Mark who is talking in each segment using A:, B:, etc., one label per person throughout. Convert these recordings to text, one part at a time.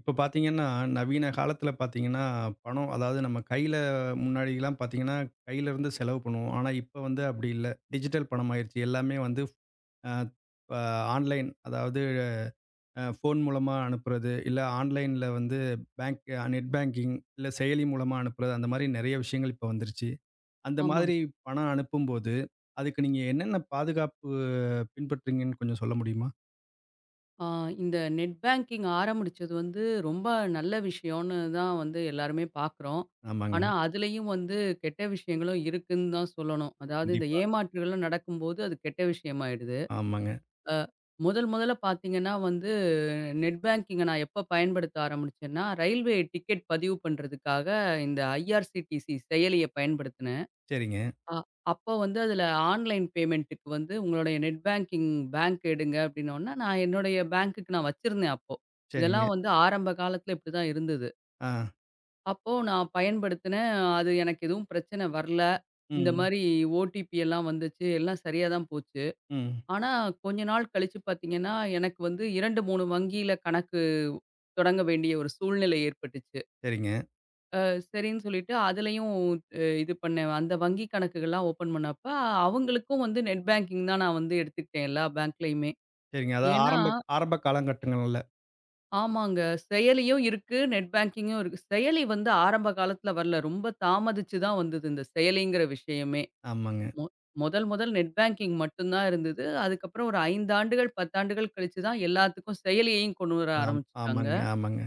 A: இப்ப பார்த்தீங்கன்னா, நவீன காலத்தில பார்த்தீங்கன்னா, பணம் அதாவது நம்ம கையில முன்னாடிலாம் பார்த்தீங்கன்னா, கையில இருந்து செலவு பண்ணுவோம். ஆனா, இப்ப வந்து அப்படி இல்ல. டிஜிட்டல் பணம் ஆயிருச்சு. எல்லாமே வந்து அ அ ஆன்லைன் அதாவது ஃபோன் மூலமா அனுப்புறது, இல்ல ஆன்லைன்ல வந்து பேங்க் நெட் பேங்கிங், இல்ல செயலி மூலமா அனுப்புறது, அந்த மாரி நெறைய விஷயங்கள் இப்ப வந்துருச்சு. அந்த மாதிரி
B: ஆமாங்க.
A: பணம் அனுப்பும்போது, அதுக்கு நீங்க என்னென்ன பாதுகாப்பு பின்பற்றீங்கன்னு கொஞ்சம் சொல்ல முடியுமா?
B: ஆ இந்த நெட் பேங்கிங் ஆரம்பிச்சது வந்து ரொம்ப நல்ல விஷயம்னு தான் வந்து எல்லாருமே பார்க்குறோம்.
A: ஆமாங்க.
B: ஆனா, அதுலயும் வந்து கெட்ட விஷயங்களும் இருக்குன்னு தான் சொல்லணும். அதாவது இந்த
A: கண்டிப்பா.
B: ஏமாற்றுகள்லாம் நடக்கும்போது அது கெட்ட விஷயமாயிடுது.
A: ஆமாங்க.
B: அ முதல் முதல்ல பார்த்தீங்கன்னா வந்து நெட் பேங்கிங்க நான் எப்ப பயன்படுத்த ஆரம்பிச்சேன்னா, ரயில்வே டிக்கெட் பதிவு பண்றதுக்காக இந்த ஐஆர்சிடிசி செயலிய பயன்படுத்தினேன்.
A: சரிங்க,
B: அ அப்போ வந்து அதில ஆன்லைன் பேமெண்ட்டுக்கு வந்து உங்களுடைய நெட் பேங்கிங் பேங்க் எடுங்க அப்படின்னோனே, நான் என்னுடைய பேங்க்குக்கு நான் வச்சிருந்தேன் அப்போ.
A: சரிங்க.
B: இதெல்லாம் வந்து ஆரம்ப காலத்தில இப்படிதான் இருந்தது.
A: ஆ.
B: அப்போ நான் பயன்படுத்தினேன். அது எனக்கு எதுவும் பிரச்சனை வரல. இந்த
A: ம்.
B: மாரி ஓடிபி எல்லாம் வந்துச்சு. எல்லாம் சரியா தான் போச்சு.
A: ம்.
B: ஆனா கொஞ்ச நாள் கழிச்சு பார்த்தீங்கன்னா, எனக்கு வந்து 2, 3 வங்கியில கணக்கு தொடங்க வேண்டிய ஒரு சூழ்நிலை ஏற்பட்டுச்சு.
A: சரிங்க,
B: அ சரின்னு சொல்லிட்டு அதுலயும் இது பண்ணேன். அந்த வங்கி கணக்குகள்லாம் ஓப்பன் பண்ணப்ப, அவங்களுக்கும் வந்து நெட் பேங்கிங் தான் நான் வந்து எடுத்துக்கிட்டேன் எல்லா பேங்க்லயுமே.
A: சரிங்க. அதாவது
B: ஏன்னா
A: ஆரம்ப ஆரம்ப காலகட்டங்கள்ல.
B: ஆமாங்க. செயலியும் இருக்கு, நெட் பேங்கிங்கும் இருக்கு. செயலி வந்து ஆரம்ப காலத்துல வரல. ரொம்ப தாமதிச்சு தான் வந்தது இந்த செயலிங்கிற விஷயமே.
A: ஆமாங்க.
B: மொ முதல் முதல் நெட் பேங்கிங் மட்டும் தான் இருந்தது. அதுக்கப்புறம் ஒரு 5 ஆண்டுகள், 10 ஆண்டுகள் கழிச்சு தான் எல்லாத்துக்கும் செயலியையும் கொண்டு வர
A: ஆம்
B: ஆரம்பிச்சுட்டாங்க.
A: ஆமாங்க, ஆமாங்க.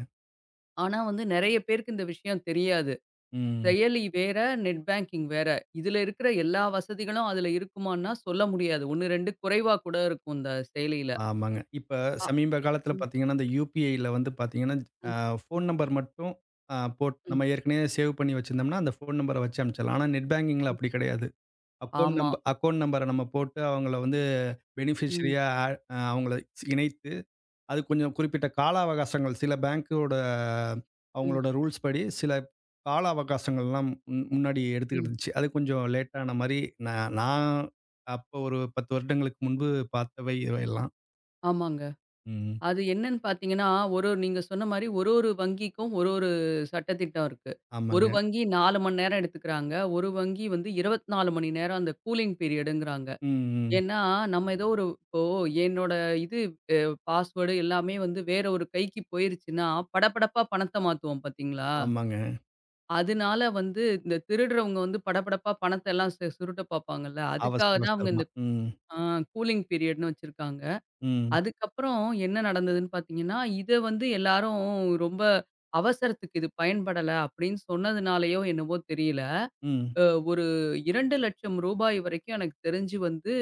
B: ஆனா வந்து நெறைய பேருக்கு இந்த விஷயம் தெரியாது.
A: ம்.
B: செயலி வேற, நெட் பேங்கிங் வேற. இதுல இருக்கிற எல்லா வசதிகளும் அதுல இருக்குமான்னா, சொல்ல முடியாது. 1, 2 குறைவா கூட இருக்கும் இந்த செயலியில.
A: ஆமாங்க. இப்ப
B: அ
A: சமீப காலத்துல
B: ம்,
A: பாத்தீங்கன்னா, இந்த யுபிஐல வந்து பாத்தீங்கன்னா, அ
B: ம், ம்,
A: ஃபோன் நம்பர் மட்டும் போட்
B: ம்,
A: நம்ம ஏற்கனவே சேவ் பண்ணி வச்சிருந்தோம்னா, அந்த ஃபோன் நம்பர வச்சு அனுப்பிச்சிடலாம். ஆனா, நெட் பேங்கிங்ல
B: ம்.
A: அப்படி கிடையாது.
B: ஆமா.
A: அக்கவுண்ட் நம்பர நம்ம போட்டு அவங்கள வந்து
B: ம்,
A: பெனிஃபிஷரியா ஆட் அ அவங்கள இணைத்து அது கொஞ்சம் குறிப்பிட்ட கால அவகாசங்கள் சில பேங்க்கோட
B: ம்,
A: அவங்களோட ரூல்ஸ் படி சில கால அவகாசங்கள்லாம் முன்னாடி எடுத்துக்கிட்டு
B: ம்.
A: இருந்துச்சு. அது கொஞ்சம் லேட் ஆன மாரி நான் நான் அப்போ ஒரு 10 வருடங்களுக்கு முன்பு பார்த்தவை இவையெல்லாம்.
B: ஆமாங்க.
A: ம்.
B: அது என்னன்னு பார்த்தீங்கன்னா, ஒரு ஒரு- நீங்க சொன்ன மாரி ஒரு ஒரு வங்கிக்கும் ஒரு ஒரு சட்டதிட்டம் இருக்கு. ஒரு
A: ஆமாங்க.
B: வங்கி 4 மணி நேரம் எடுத்துக்கிறாங்க. ஒரு வங்கி வந்து 24 மணி நேரம் அந்த கூலிங் பீரியடுங்கிறாங்க.
A: ம், ம்.
B: ஏன்னா, நம்ம ஏதோ ஒரு இப்போ என்னோட இது அ பாஸ்வேர்டு எல்லாமே வந்து வேற ஒரு கைக்கு போயிருச்சுன்னா, படபடப்பா பணத்த மாத்துவோம் பார்த்தீங்களா?
A: ஆமாங்க.
B: அதனால வந்து இந்த திருடுறவங்க வந்து படபடப்பா பணத்த எல்லாம் சுருட்ட பார்ப்பாங்கல்ல.
A: அவசர
B: அதுக்காக தான் அவங்க
A: அவசரமா.
B: இந்த
A: ம்,
B: ஆ கூலிங் பீரியட்ன்னு வச்சிருக்காங்க.
A: ம்,
B: அதுக்கப்புறம் என்ன நடந்ததுன்னு பார்த்தீங்கன்னா, இத வந்து எல்லாரும் ரொம்ப அவசரத்துக்கு இது பயன்படல அப்படின்னு சொன்னதுனாலயோ என்னவோ தெரியல,
A: ம்.
B: அ ஒரு ரூ. 2,00,000 வரைக்கும் எனக்கு தெரிஞ்சு வந்து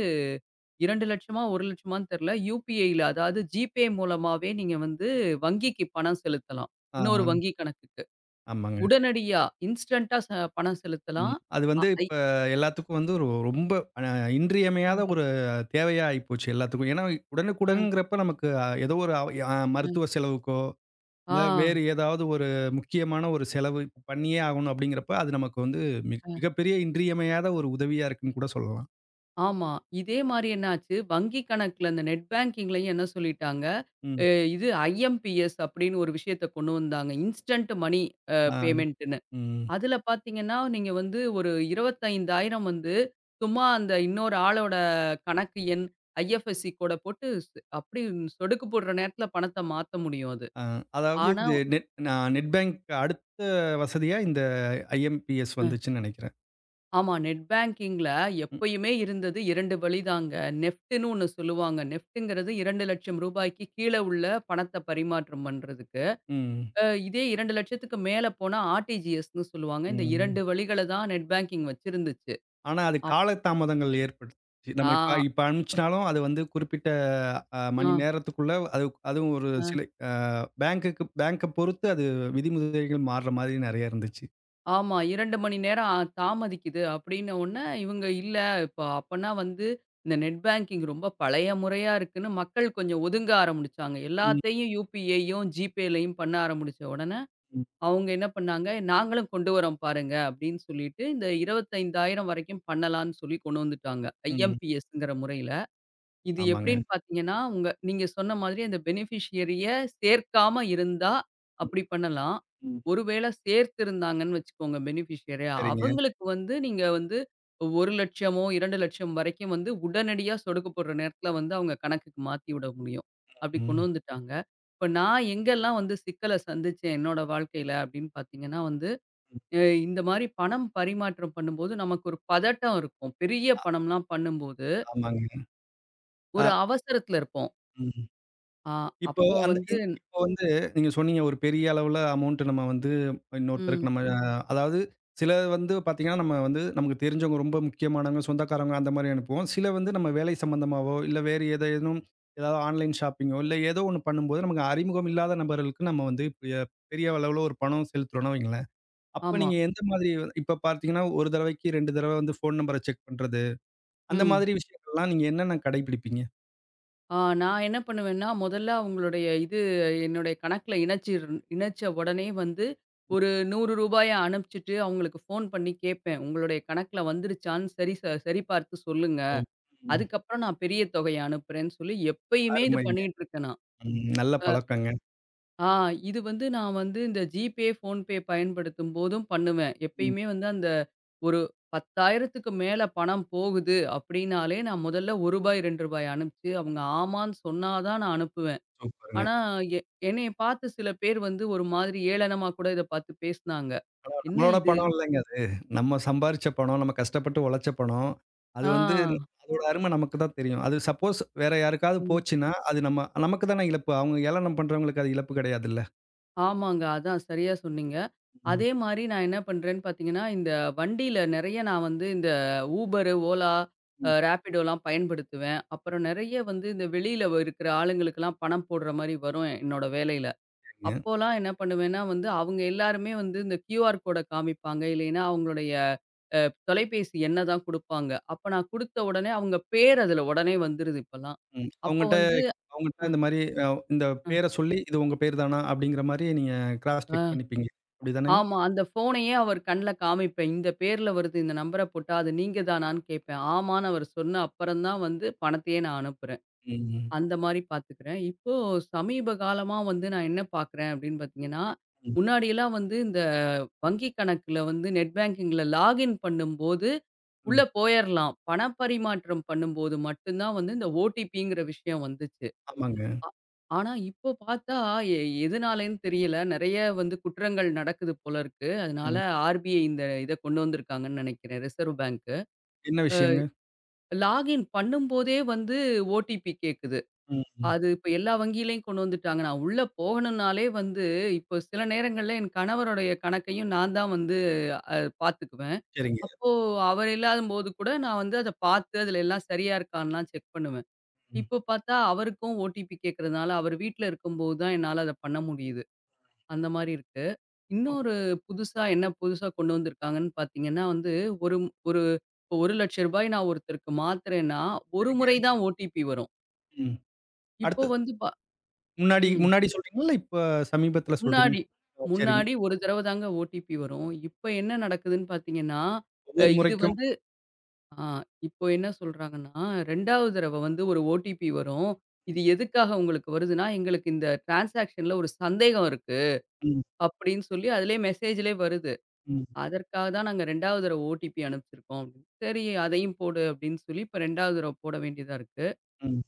B: 2,00,000 1,00,000 தெரியல. யுபிஐல அதாவது ஜிபே மூலமாவே நீங்க வந்து வங்கிக்கு பணம் செலுத்தலாம்.
A: ஆ.
B: இன்னொரு வங்கி கணக்குக்கு.
A: ஆமாங்க.
B: உடனடியா இன்ஸ்டன்ட்டா பணம்
A: ம்.
B: செலுத்தலாம்.
A: அது
B: அ
A: வந்து
B: ஐ
A: இப்ப எல்லாத்துக்கும் வந்து ஒரு ரொம்ப அ இன்றியமையாத
B: ம்.
A: ஒரு தேவையா ஆயிப்போச்சு எல்லாத்துக்கும். ஏன்னா
B: அ,
A: உடனுக்குடன்ங்கிறப்ப நமக்கு ஏதோ ஒரு அவ் அ மருத்துவ
B: அ,
A: செலவுக்கோ இல்ல
B: ஆ,
A: வேறு ஏதாவது ஒரு முக்கியமான ஒரு செலவு இப்ப பண்ணியே ஆகணும் அப்படிங்கிறப்ப, அது நமக்கு வந்து மிக
B: அ,
A: மிகப்பெரிய இன்றியமையாத ஒரு உதவியா இருக்குன்னு கூட சொல்லலாம்.
B: ஆமா. இதே மாரி என்னாச்சு, வங்கி கணக்குல இந்த நெட் பேங்கிங்லயும் என்ன சொல்லிட்டாங்க,
A: ம்.
B: அ இது ஐஎம்பிஎஸ் அப்படின்னு ஒரு விஷயத்த கொண்டு வந்தாங்க. இன்ஸ்டன்ட் மணி
A: ஆ.
B: பேமெண்ட்
A: ம்.
B: அதுல பாத்தீங்கன்னா, நீங்க வந்து ஒரு 25,000 வந்து சும்மா அந்த இன்னொரு ஆளோட கணக்கு எண், ஐஎஃப்எஸ்சி கோட போட்டு அப்படி சொடுக்கு போடுற நேரத்துல பணத்த மாத்த முடியும் அது.
A: ஆ. அதாவது
B: ஆனா
A: இது நெட் நான் நெட் பேங்க் அடுத்த வசதியா இந்த ஐஎம்பிஎஸ்
B: அ
A: வந்துச்சுன்னு நெனைக்கிறேன்.
B: ஆமா நெட் பேங்கிங்ல
A: ம்.
B: எப்பயுமே இருந்தது 2 வழிதாங்க. நெஃப்ட்ன்னு ஒண்ணு சொல்லுவாங்க. நெஃப்ட்ங்கிறது 2,00,000 ரூபாய்க்கு கீழ உள்ள பணத்த பரிமாற்றம் பண்றதுக்கு.
A: ம்.
B: இதே 2,00,000க்கு மேல போனா ஆர்டிஜிஎஸ்ன்னு சொல்லுவாங்க. இந்த
A: ம்.
B: 2 வழிகள தான் நெட் பேங்கிங் வச்சிருந்துச்சு.
A: ஆனா, அது
B: அப்
A: காலதாமதங்கள் ஏற்பட்டுச்சு. நம்ம இப்ப
B: ஆ,
A: இப்ப அனுப்பிச்சுனாலும் அது வந்து குறிப்பிட்ட மணி
B: ஆ,
A: நேரத்துக்குள்ள அது அதுவும் ஒரு
B: ஆ.
A: சில அ பேங்க்குக்கு பேங்க்க பொறுத்து அது விதிமுறைகள் மாறுற மாதிரி நெறைய இருந்துச்சு.
B: ஆமா. 2 மணி நேரம் தாமதிக்குது அப்படின்ன உடனே, இவங்க இல்ல இப்ப அப்பன்னா வந்து இந்த நெட் பேங்கிங் ரொம்ப பழைய முறையா இருக்குன்னு மக்கள் கொஞ்சம் ஒதுங்க ஆரம்பிச்சாங்க.
A: ம்.
B: எல்லாத்தையும் யுபிஐயும், ஜிபேலயும் பண்ண ஆரம்பிச்ச உடனே, அவங்க என்ன பண்ணாங்க, "நாங்களும் கொண்டு வரோம் பாருங்க" அப்படின்னு சொல்லிட்டு, இந்த 25,000 வரைக்கும் பண்ணலாம்ன்னு சொல்லி கொண்டு வந்துட்டாங்க.
A: ம்.
B: ஐஎம்பிஎஸ்ங்கிற முறையில. இது
A: ஆமாங்க.
B: எப்படின்னு பார்த்தீங்கன்னா, நீங்க சொன்ன மாதிரி அந்த பெனிஃபிஷியரிய சேர்க்காம இருந்தா,
A: ம்,
B: அப்படி பண்ணலாம்.
A: ம்.
B: ஒருவேள சேர்த்திருந்தாங்கன்னு வச்சுக்கோங்க பெனிஃபிஷியரிய,
A: சரிங்க.
B: அவங்களுக்கு வந்து நீங்க வந்து 1,00,000மோ, 2,00,000 வரைக்கும் வந்து உடனடியா சொடுக்கப்படுற நேரத்தில வந்து அவங்க கணக்குக்கு மாத்தி விட முடியும். அப்படி கொண்டு
A: ம்.
B: வந்துட்டாங்க. இப்ப நான் எங்கெல்லாம் வந்து சிக்கல சந்திச்சேன் என்னோட வாழ்க்கையில அப்படின்னு பார்த்தீங்கன்னா வந்து,
A: ம்.
B: அ இந்த மாரி பணம் பரிமாற்றம் பண்ணும்போது நமக்கு ஒரு பதட்டம் இருக்கும். பெரிய
A: ஆ
B: பணம்லாம் பண்ணும்போது,
A: ஆமாங்க.
B: ஒரு
A: அ
B: அவசரத்தில இருப்போம்.
A: ம்.
B: ஆ,
A: இப்போ
B: அப்போ
A: அந்த
B: வந்து
A: இந் இப்போ வந்து நீங்க சொன்னீங்க ஒரு பெரிய அளவுல அமௌண்ட் நம்ம வந்து இன்னொருத்தருக்கு
B: ம்.
A: நம்ம அதாவது சில வந்து பார்த்தீங்கன்னா, நம்ம வந்து நமக்கு தெரிஞ்சவங்க ரொம்ப முக்கியமானவங்க, சொந்தக்காரவங்க அந்த மாரி அனுப்புவோம். சில வந்து நம்ம வேலை சம்மந்தமாவோ, இல்ல வேறு ஏதேனும் ஏதாவது ஆன்லைன் ஷாப்பிங்கோ, இல்ல ஏதோ ஒண்ணு பண்ணும்போது நமக்கு அறிமுகம் இல்லாத நபர்களுக்கு நம்ம வந்து பெரிய அளவுல ஒரு பணம் செலுத்துறோம்னு வைங்களேன். அப்ப
B: ஆமா.
A: நீங்க எந்த மாதிரி இப்ப பார்த்தீங்கன்னா, 1 தடவைக்கு 2 தடவ வந்து ஃபோன் நம்பர செக் பண்றது. அந்த
B: ம்.
A: மாதிரி விஷயங்கள்லாம் நீங்க என்னென்ன கடைபிடிப்பீங்க?
B: ஆ நான் என்ன பண்ணுவேன்னா, முதல்ல அவங்களுடைய இது என்னுடைய கணக்குல இணைச்ச உடனே வந்து ஒரு ரூ. 100 அனுப்பிச்சுட்டு அவங்களுக்கு ஃபோன் பண்ணி கேட்பேன். உங்களுடைய கணக்குல வந்துருச்சான்னு சரி பார்த்து சொல்லுங்க.
A: ஓ! ம்.
B: அதுக்கப்புறம் நான் பெரிய தொகையை அனுப்புறேன்னு சொல்லி எப்பயுமே இது
A: அருமைங்க.
B: பண்ணிட்டு இருக்கேன் நான்.
A: ம். நல்ல பழக்கங்க.
B: ஆ இது வந்து நான் வந்து இந்த ஜிபே, ஃபோன்பே பயன்படுத்தும் போதும் பண்ணுவேன்.
A: ம்.
B: எப்பயுமே வந்து அந்த ஒரு 10,000க்கு மேல பணம் போகுது அப்டின்னாலே, நான் முதல்ல ரூ. 1 ரூ. 2 அனுப்பிச்சு, அவங்க ஆமான்னு சொன்னா தான் நான் அனுப்புவேன்.
A: சூப்பருங்க.
B: ஆனா எ என்னைய பார்த்து சில பேர் வந்து ஒரு மாதிரி ஏளனமா கூட இத பார்த்து பேசுனாங்க. என்ன
A: நம்மளோட
B: இது?
A: பணம் இல்லங்க அது. நம்ம சம்பாரிச்ச பணம், நம்ம கஷ்டப்பட்டு உழைச்ச பணம். அது
B: ஆ.
A: வந்து அதோட அருமை நமக்கு தான் தெரியும். அது சப்போஸ் வேற யாருக்காவது
B: ம்.
A: போச்சுன்னா, அது நமக்கு தானே இழப்பு. அவங்க ஏளனம் பண்றவங்களுக்கு அது இழப்பு கிடையாதுல்ல.
B: ஆமாங்க. அதான் சரியா சொன்னீங்க.
A: ம்.
B: அதே மாரி நான் என்ன பண்றேன்னு பார்த்தீங்கன்னா, இந்த வண்டியில நெறைய நான் வந்து இந்த Uber, Ola,
A: ம்.
B: Rapidoலாம் பயன்படுத்துவேன். அப்புறம் நெறைய வந்து இந்த வெளியில இருக்கிற ஆளுங்களுக்கெல்லாம் பணம் போடுற மாரி வரும் என்னோட வேலையில.
A: சரிங்க.
B: அப்போலாம் என்ன பண்ணுவேன்னா வந்து, அவங்க எல்லாருமே வந்து இந்த கியூஆர் கோட காமிப்பாங்க. இல்லைன்னா அவங்களுடைய அ தொலைபேசி எண்ண தான் குடுப்பாங்க. அப்ப நான் குடுத்த உடனே அவங்க பேர் அதுல உடனே வந்துருது இப்பல்லாம்.
A: ம்.
B: அப்போ
A: அவங்கட்ட
B: வந்து
A: அவங்கட்ட
B: அ,
A: இந்த மாரி அ இந்த
B: அ,
A: பேர சொல்லி, இது உங்க பேர் தானா? அப்படிங்கிற மாரி நீங்க கிராஸ்
B: ஆ.
A: செக் பண்ணிப்பீங்க. அப்படிதானேங்க?
B: ஆமா. அந்த ஃபோனையே அவர் கண்ல காமிப்பேன். இந்த பேர்ல வருது. இந்த நம்பர போட்டா, அது நீங்க தானான்னு கேட்பேன். ஆமான்னு அவர் சொன்ன அப்புறம் தான் வந்து பணத்தையே நான் அனுப்புறேன்.
A: ம். ம்.
B: அந்த மாரி பார்த்துக்கிறேன். இப்போ சமீப காலமா வந்து நான் என்ன பார்க்குறேன் அப்படின்னு பார்த்தீங்கன்னா,
A: ம்.
B: முன்னாடியெல்லாம் வந்து இந்த வங்கி கணக்குல வந்து நெட் பேங்கிங்கில லாகின் பண்ணும்போது,
A: ம்.
B: உள்ள போயர்லாம். பணப்பரிமாற்றம் பண்ணும்போது மட்டும் தான் வந்து இந்த ஓடிபிங்கிற விஷயம் வந்துச்சு.
A: ஆமாங்க.
B: ஆனா, இப்போ பார்த்தா எ எதுனாலேன்னு தெரியல. நெறைய வந்து குற்றங்கள் நடக்குது போல இருக்கு. அதனால
A: ம்.
B: ஆர்பிஐ இந்த இத கொண்டு வந்திருக்காங்கன்னு நெனைக்கிறேன். ரிசர்வ் பேங்க்கு.
A: என்ன விஷயங்க?
B: லாகின் பண்ணும்போதே வந்து ஓடிபி கேட்குது.
A: ம், ம்.
B: அது இப்ப எல்லா வங்கியிலயும் கொண்டு வந்துட்டாங்க. நான் உள்ள போகணும்னாலே வந்து இப்போ சில நேரங்கள்ல என் கணவருடைய கணக்கையும் நான் தான் வந்து அ பார்த்துக்குவேன்.
A: சரிங்க.
B: அப்போ அவர் இல்லாதம்போது கூட நான் வந்து அத பார்த்து அதுல எல்லாம் சரியா இருக்கான்லாம் செக் பண்ணுவேன்.
A: ம்.
B: இப்போ பார்த்தா அவருக்கும் ஓடிபி கேட்கறதுனால, அவர் வீட்ல இருக்கும்போது தான் என்னால அத பண்ண முடியுது. அந்த மாரி இருக்கு.
A: ஓ!
B: இன்னொரு புதுசா கொண்டு வந்திருக்காங்கன்னு பார்த்தீங்கன்னா வந்து, ஒரு ஒரு ரூ. 1,00,000 நான் ஒருத்தருக்கு மாத்துறேன்னா, ஒரு
A: சரிங்க.
B: முறை தான் ஓடிபி வரும்.
A: ம்.
B: இப்போ
A: அடுத்து
B: வந்து
A: முன்னாடி
B: ம்.
A: முன்னாடி சொல்றீங்களா? இல்ல இப்ப சமீபத்தில
B: முன்னாடி.
A: சொல்றீங்களா? ஓ! சரிங்க.
B: முன்னாடி ஒரு தடவ தாங்க ஓடிபி வரும். இப்ப என்ன நடக்குதுன்னு பார்த்தீங்கன்னா,
A: ஒவ்வொரு
B: இது
A: முறைக்கும்.
B: வந்து ஆ இப்போ என்ன சொல்றாங்கன்னா, 2வது தடவ வந்து ஒரு ஓடிபி வரும். இது எதுக்காக உங்களுக்கு வருதுன்னா, எங்களுக்கு இந்த டிரான்சாக்ஷன்ல ஒரு சந்தேகம் இருக்கு.
A: ம்,
B: அப்படின்னு சொல்லி அதிலேயே மெசேஜ்லேயே வருது.
A: ம்,
B: அதற்காக தான் நாங்க 2வது தடவ ஓடிபி அனுப்பிச்சிருக்கோம் அப்படின்னு. சரி அதையும் போடு அப்படின்னு சொல்லி இப்ப 2வது தடவ போட வேண்டியதா இருக்கு.
A: ம்,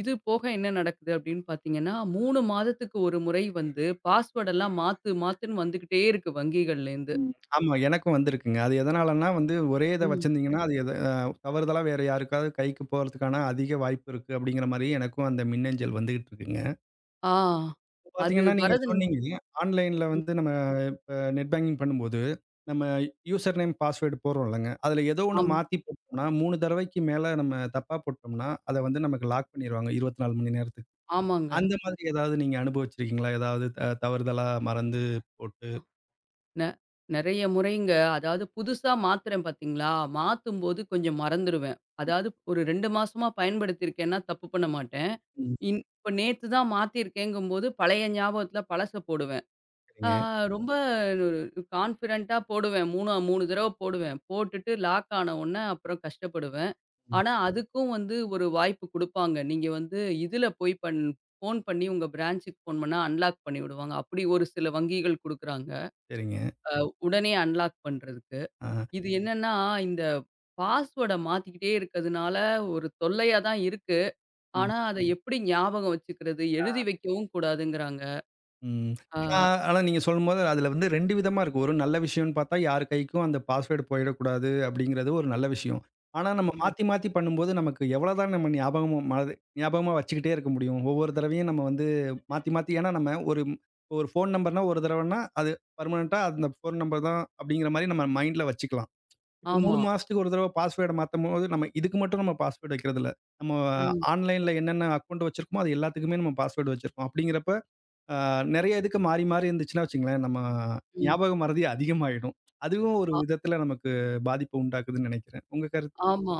B: இது போக என்ன நடக்குது அப்படின்னு பார்த்தீங்கன்னா, 3 மாதத்துக்கு ஒரு முறை வந்து பாஸ்வேர்ட் எல்லாம் மாத்து மாத்துன்னு வந்துகிட்டே இருக்கு வங்கிகள்லேருந்து.
A: ம். ஆமா. எனக்கும் வந்திருக்குங்க. அது எதனாலன்னா வந்து ஒரே இத
B: ம்.
A: வச்சிருந்தீங்கன்னா, அது எத அ தவறுதலா வேற யாருக்காவது கைக்கு போறதுக்கான அதிக வாய்ப்பு இருக்கு. அப்படிங்கிற மாரி எனக்கும் அந்த மின்னஞ்சல் வந்துகிட்டு இருக்குங்க.
B: ஆ
A: இப்ப
B: அது
A: பார்த்தீங்கன்னா, நீங்க
B: வரது
A: சொன்னீங்க. ஆன்லைன்ல வந்து நம்ம நெட் பேங்கிங் பண்ணும்போது, நம்ம யூசர் நேம், பாஸ்வேர்ட் போடுறோம் இல்லங்க. அதில ஏதோ ஒண்ணு
B: ஆம்
A: மாத்தி போட்டோம்னா, 3 தடவைக்கு மேல நம்ம தப்பா போட்டோம்னா, அத வந்து நமக்கு லாக் பண்ணிருவாங்க 24 மணி நேரத்துக்கு.
B: ஆமாங்க.
A: அந்த மாதிரி ஏதாவது நீங்க அனுபவிச்சிருக்கீங்களா? ஏதாவது தவறுதலா மறந்து போட்டு
B: நெ நெறைய முறைங்க. அதாவது புதுசா மாத்துறேன் பார்த்தீங்களா, மாத்தும்போது கொஞ்சம் மறந்துருவேன். அதாவது ஒரு 2 மாசமா பயன்படுத்தியிருக்கேன்னா தப்பு பண்ண மாட்டேன்.
A: ம்.
B: இப்ப நேத்து தான் மாத்தியிருக்கேங்கும்போது பழைய ஞாபகத்துல பழச போடுவேன். ஆ
A: சரிங்க.
B: ரொம்ப கான்ஃபிடென்ட்டா போடுவேன். 3 தடவ போடுவேன். போட்டுட்டு லாக் ஆன உடனே அப்புறம் கஷ்டப்படுவேன்.
A: ம்.
B: ஆனா அதுக்கும் வந்து ஒரு வாய்ப்பு குடுப்பாங்க. நீங்க வந்து இதுல போய் பண் ஃபோன் பண்ணி உங்க பிரான்ச்சுக்கு ஃபோன் பண்ணா அன்லாக் பண்ணி விடுவாங்க. அப்படி ஒரு சில வங்கிகள் குடுக்குறாங்க.
A: சரிங்க.
B: உடனே அன்லாக் பண்றதுக்கு.
A: ஆ.
B: இது என்னன்னா, இந்த பாஸ்வேர்ட மாத்திக்கிட்டே இருக்கதுனால ஒரு தொல்லையா தான் இருக்கு. ஆனா, அத எப்படி ஞாபகம் வச்சுக்கிறது? எழுதி வைக்கவும் கூடாதுங்கிறாங்க.
A: ம்.
B: ஆ
A: ஆனா ஆனா நீங்க சொல்லும்போது அதுல வந்து 2 விதமா இருக்கு. ஒரு நல்ல விஷயம்ன்னு பார்த்தா, யார் கைக்கும் அந்த பாஸ்வேர்ட் போயிடக்கூடாது அப்படிங்கிறது ஒரு நல்ல விஷயம். ஆனா நம்ம
B: ஆமா,
A: மாத்தி மாத்தி பண்ணும்போது நமக்கு எவ்வளோ தான் நம்ம ஞாபகமா வச்சுக்கிட்டே இருக்க முடியும். ஒவ்வொரு தடவையும் நம்ம வந்து மாத்தி மாத்தி ஏன்னா நம்ம ஒரு ஒரு ஃபோன் நம்பர்னா ஒரு தடவன்னா, அது பெர்மனன்ட்டா அந்த ஃபோன் நம்பர் தான் அப்படிங்கிற மாரி நம்ம மைண்ட்ல வச்சுக்கலாம். இப்ப 3
B: ஆமா.
A: மாசத்துக்கு ஒரு தடவ பாஸ்வேர்ட மாத்தும்போது, நம்ம இதுக்கு மட்டும் நம்ம பாஸ்வேர்ட் வைக்கிறதில்ல. நம்ம
B: ம்,
A: ஆன்லைன்ல என்னென்ன அக்கவுண்ட் வச்சிருக்கோமோ, அது எல்லாத்துக்குமே நம்ம பாஸ்வேர்ட் வச்சிருக்கோம். அப்படிங்கிறப்ப ஆ நெறைய இதுக்கு மாறி, மாறி இருந்துச்சுன்னா வச்சுக்கங்களேன், நம்ம
B: ம்.
A: ஞாபக மறதி அதிகமாயிடும். அதுவும் ஒரு
B: ஆ
A: விதத்தில நமக்கு பாதிப்பு உண்டாக்குதுன்னு நெனைக்கிறேன். உங்க கருத்து
B: ஆமா,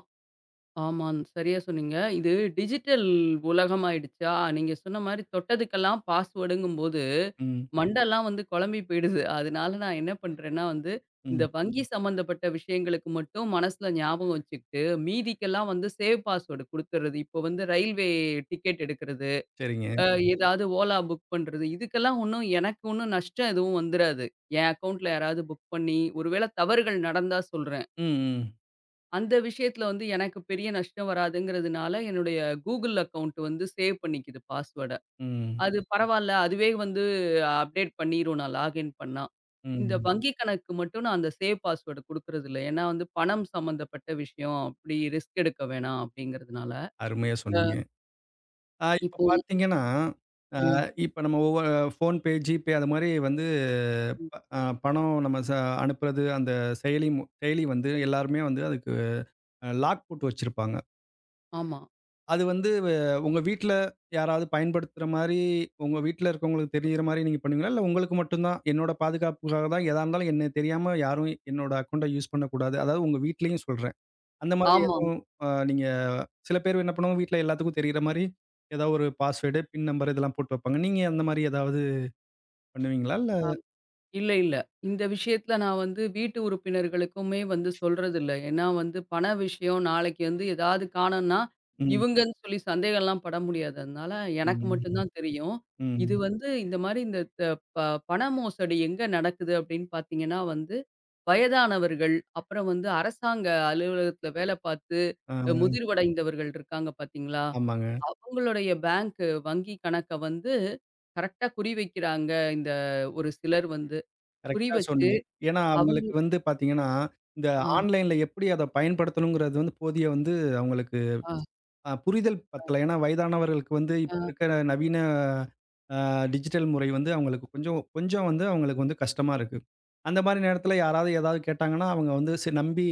B: ஆமாம். சரியா சொன்னீங்க. இது டிஜிட்டல் உலகமாயிடுச்சா, நீங்க சொன்ன மாரி தொட்டதுக்கெல்லாம் பாஸ்வேர்டுங்கும்போது
A: ம்,
B: மண்டெல்லாம் வந்து குழம்பி போயிடுது. அதனால நான் என்ன பண்றேன்னா வந்து, இந்த
A: ம்.
B: வங்கி சம்மந்தப்பட்ட விஷயங்களுக்கு மட்டும் மனசுல ஞாபகம் வச்சுக்கிட்டு, மீதிக்கெல்லாம் வந்து சேவ் பாஸ்வேர்டு குடுத்துறது. இப்போ வந்து ரயில்வே டிக்கெட் எடுக்கிறது,
A: சரிங்க.
B: அ ஏதாவது ஓலா புக் பண்றது, இதுக்கெல்லாம் ஒண்ணும் எனக்கு ஒண்ணும் நஷ்டம் எதுவும் வந்துராது. என் அக்கவுண்ட்ல யாராவது புக் பண்ணி, ஒருவேள தவறுகள் நடந்தா சொல்றேன்.
A: ம், ம்,
B: அந்த விஷயத்துல வந்து எனக்கு பெரிய நஷ்டம் வராதுங்கிறதுனால, என்னுடைய கூகுள் அக்கவுண்ட் வந்து சேவ் பண்ணிக்குது பாஸ்வேர்ட.
A: ம்,
B: அது பரவால்ல. அதுவே வந்து அப்டேட் பண்ணிரும் நான் லாகின் பண்ணா. இந்த
A: ம்.
B: வங்கி கணக்கு மட்டும் நான் அந்த சேவ் பாஸ்வேர்ட் குடுக்குறதில்ல. ஏன்னா வந்து பணம் சம்மந்தப்பட்ட விஷயம். அப்டி ரிஸ்க் எடுக்க வேணாம் அப்டிங்கிறதுனால.
A: அருமையா
B: அ
A: சொன்னீங்க. இப்ப
B: இப்போ
A: பார்த்தீங்கன்னா, ஆ
B: ம்.
A: இப்ப நம்ம ஃபோன்பே, ஜிபே அது மாரி வந்து
B: ம்.
A: ப அ பணம் நம்ம ச அனுப்புறது அந்த செயலி வந்து எல்லாருமே வந்து அதுக்கு லாக் போட்டு வச்சிருப்பாங்க.
B: ஆமா.
A: அது வந்து உங்க வீட்ல யாராவது பயன்படுத்துற மாரி, உங்க வீட்ல இருக்கவங்களுக்கு தெரியிற மாரி நீங்க பண்ணுவீங்களா? இல்ல உங்களுக்கு மட்டும் தான், என்னோட பாதுகாப்புக்காக தான் எதா இருந்தாலும் என்னைய தெரியாம யாரும் என்னோட அக்கவுண்ட்ட யூஸ் பண்ணக்கூடாது. அதாவது உங்க வீட்லயும் சொல்றேன். அந்த மாதிரி
B: ஆமா.
A: எதுவும் நீங்க சில பேர் என்ன பண்ணுவாங்க, வீட்ல எல்லாத்துக்கும் தெரியிற மாரி ஏதாவது ஒரு பாஸ்வேர்டு, பின் நம்பர் இதெல்லாம் போட்டு வைப்பாங்க. நீங்க அந்த மாரி ஏதாவது பண்ணுவீங்களா? இல்ல
B: இல்ல, இல்ல. இந்த விஷயத்துல நான் வந்து வீட்டு உறுப்பினர்களுக்குமே வந்து சொல்றதில்ல. ஏன்னா வந்து பண விஷயம் நாளைக்கு வந்து ஏதாவது காணோம்னா,
A: ம்.
B: இவங்கன்னு சொல்லி சந்தேகம்லாம் பட முடியாது. அதனால எனக்கு மட்டும்
A: ம்.
B: தான் தெரியும். இது
A: ம்.
B: வந்து இந்த மாரி இந்த த ப பண மோசடி எங்க நடக்குது அப்படின்னு பார்த்தீங்கன்னா வந்து, வயதானவர்கள், அப்புறம் வந்து அரசாங்க அலுவலகத்துல வேலை பார்த்து
A: ஆ
B: முதிர்வடைந்தவர்கள் இருக்காங்க பார்த்தீங்களா?
A: ஆமாங்க.
B: அவங்களுடைய பேங்க் வங்கி கணக்க வந்து கரெக்ட்டா குறி வைக்கிறாங்க இந்த ஒரு சிலர் வந்து. குறி
A: கரெக்ட்டா
B: வச்சு
A: சொன்னீங்க. ஏன்னா,
B: அவங்க
A: அவங்களுக்கு வந்து பாத்தீங்கன்னா, இந்த
B: ஆ,
A: ஆன்லைன்ல எப்படி அத பயன்படுத்தணுங்கிறது வந்து போதிய வந்து அவங்களுக்கு
B: ஆ,
A: புரிதல் பத்தல. ஏன்னா வயதானவர்களுக்கு வந்து இப்ப
B: ஆ,
A: இருக்கிற நவீன அ டிஜிட்டல் முறை வந்து அவங்களுக்கு கொஞ்சம் கொஞ்சம் வந்து அவங்களுக்கு வந்து கஷ்டமா இருக்கு. அந்த மாரி நேரத்தில யாராவது ஏதாவது கேட்டாங்கன்னா, அவங்க வந்து நம்பி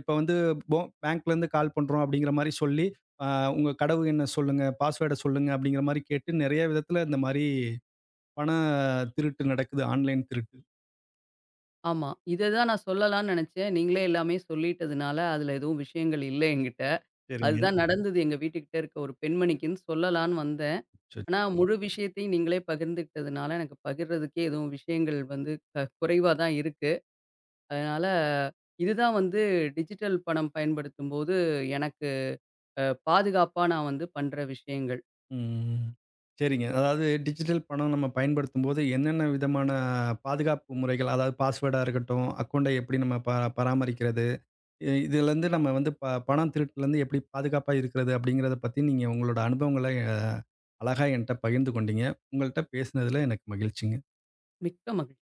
A: இப்ப வந்து போ பேங்க்லேருந்து கால் பண்றோம் அப்படிங்கிற மாரி சொல்லி, அ உங்க கடவு எண்ண சொல்லுங்க, பாஸ்வேர்ட சொல்லுங்க அப்படிங்கிற மாரி கேட்டு நெறைய விதத்தில இந்த மாரி பண திருட்டு நடக்குது. ஆன்லைன் திருட்டு.
B: ஆமா. இததான் நான் சொல்லலாம்னு நெனச்சேன். நீங்களே எல்லாமே சொல்லிட்டதுனால, அதுல எதுவும் விஷயங்கள் இல்ல என்கிட்ட.
A: சரிங்க.
B: அதுதான் நடந்தது எங்க வீட்டுக்கிட்ட இருக்க ஒரு பெண்மணிக்குன்னு சொல்லலான்னு வந்தேன். ஆனா, முழு விஷயத்தையும் நீங்களே பகிர்ந்துக்கிட்டதுனால, எனக்கு பகிர்றதுக்கே எதுவும் விஷயங்கள் வந்து குறைவா தான் இருக்கு. அதனால, இதுதான் வந்து டிஜிட்டல் பணம் பயன்படுத்தும்போது எனக்கு அ பாதுகாப்பா நான் வந்து பண்ற விஷயங்கள்.
A: ம். சரிங்க. அதாவது டிஜிட்டல் பணம் நம்ம பயன்படுத்தும்போது என்னென்ன விதமான பாதுகாப்பு முறைகள், அதாவது பாஸ்வேர்டா இருக்கட்டும், அக்கவுண்ட்ட எப்படி நம்ம பராமரிக்கிறது, இதுலேருந்து நம்ம வந்து பணம் திருட்டுலேருந்து எப்படி பாதுகாப்பா இருக்கிறது அப்படிங்கிறத பத்தி நீங்க உங்களோட அனுபவங்கள அழகா என்ட்ட பகிர்ந்து கொண்டீங்க. உங்கள்ட்ட பேசினதில எனக்கு மகிழ்ச்சிங்க.
B: மிக்க மகிழ்ச்சி.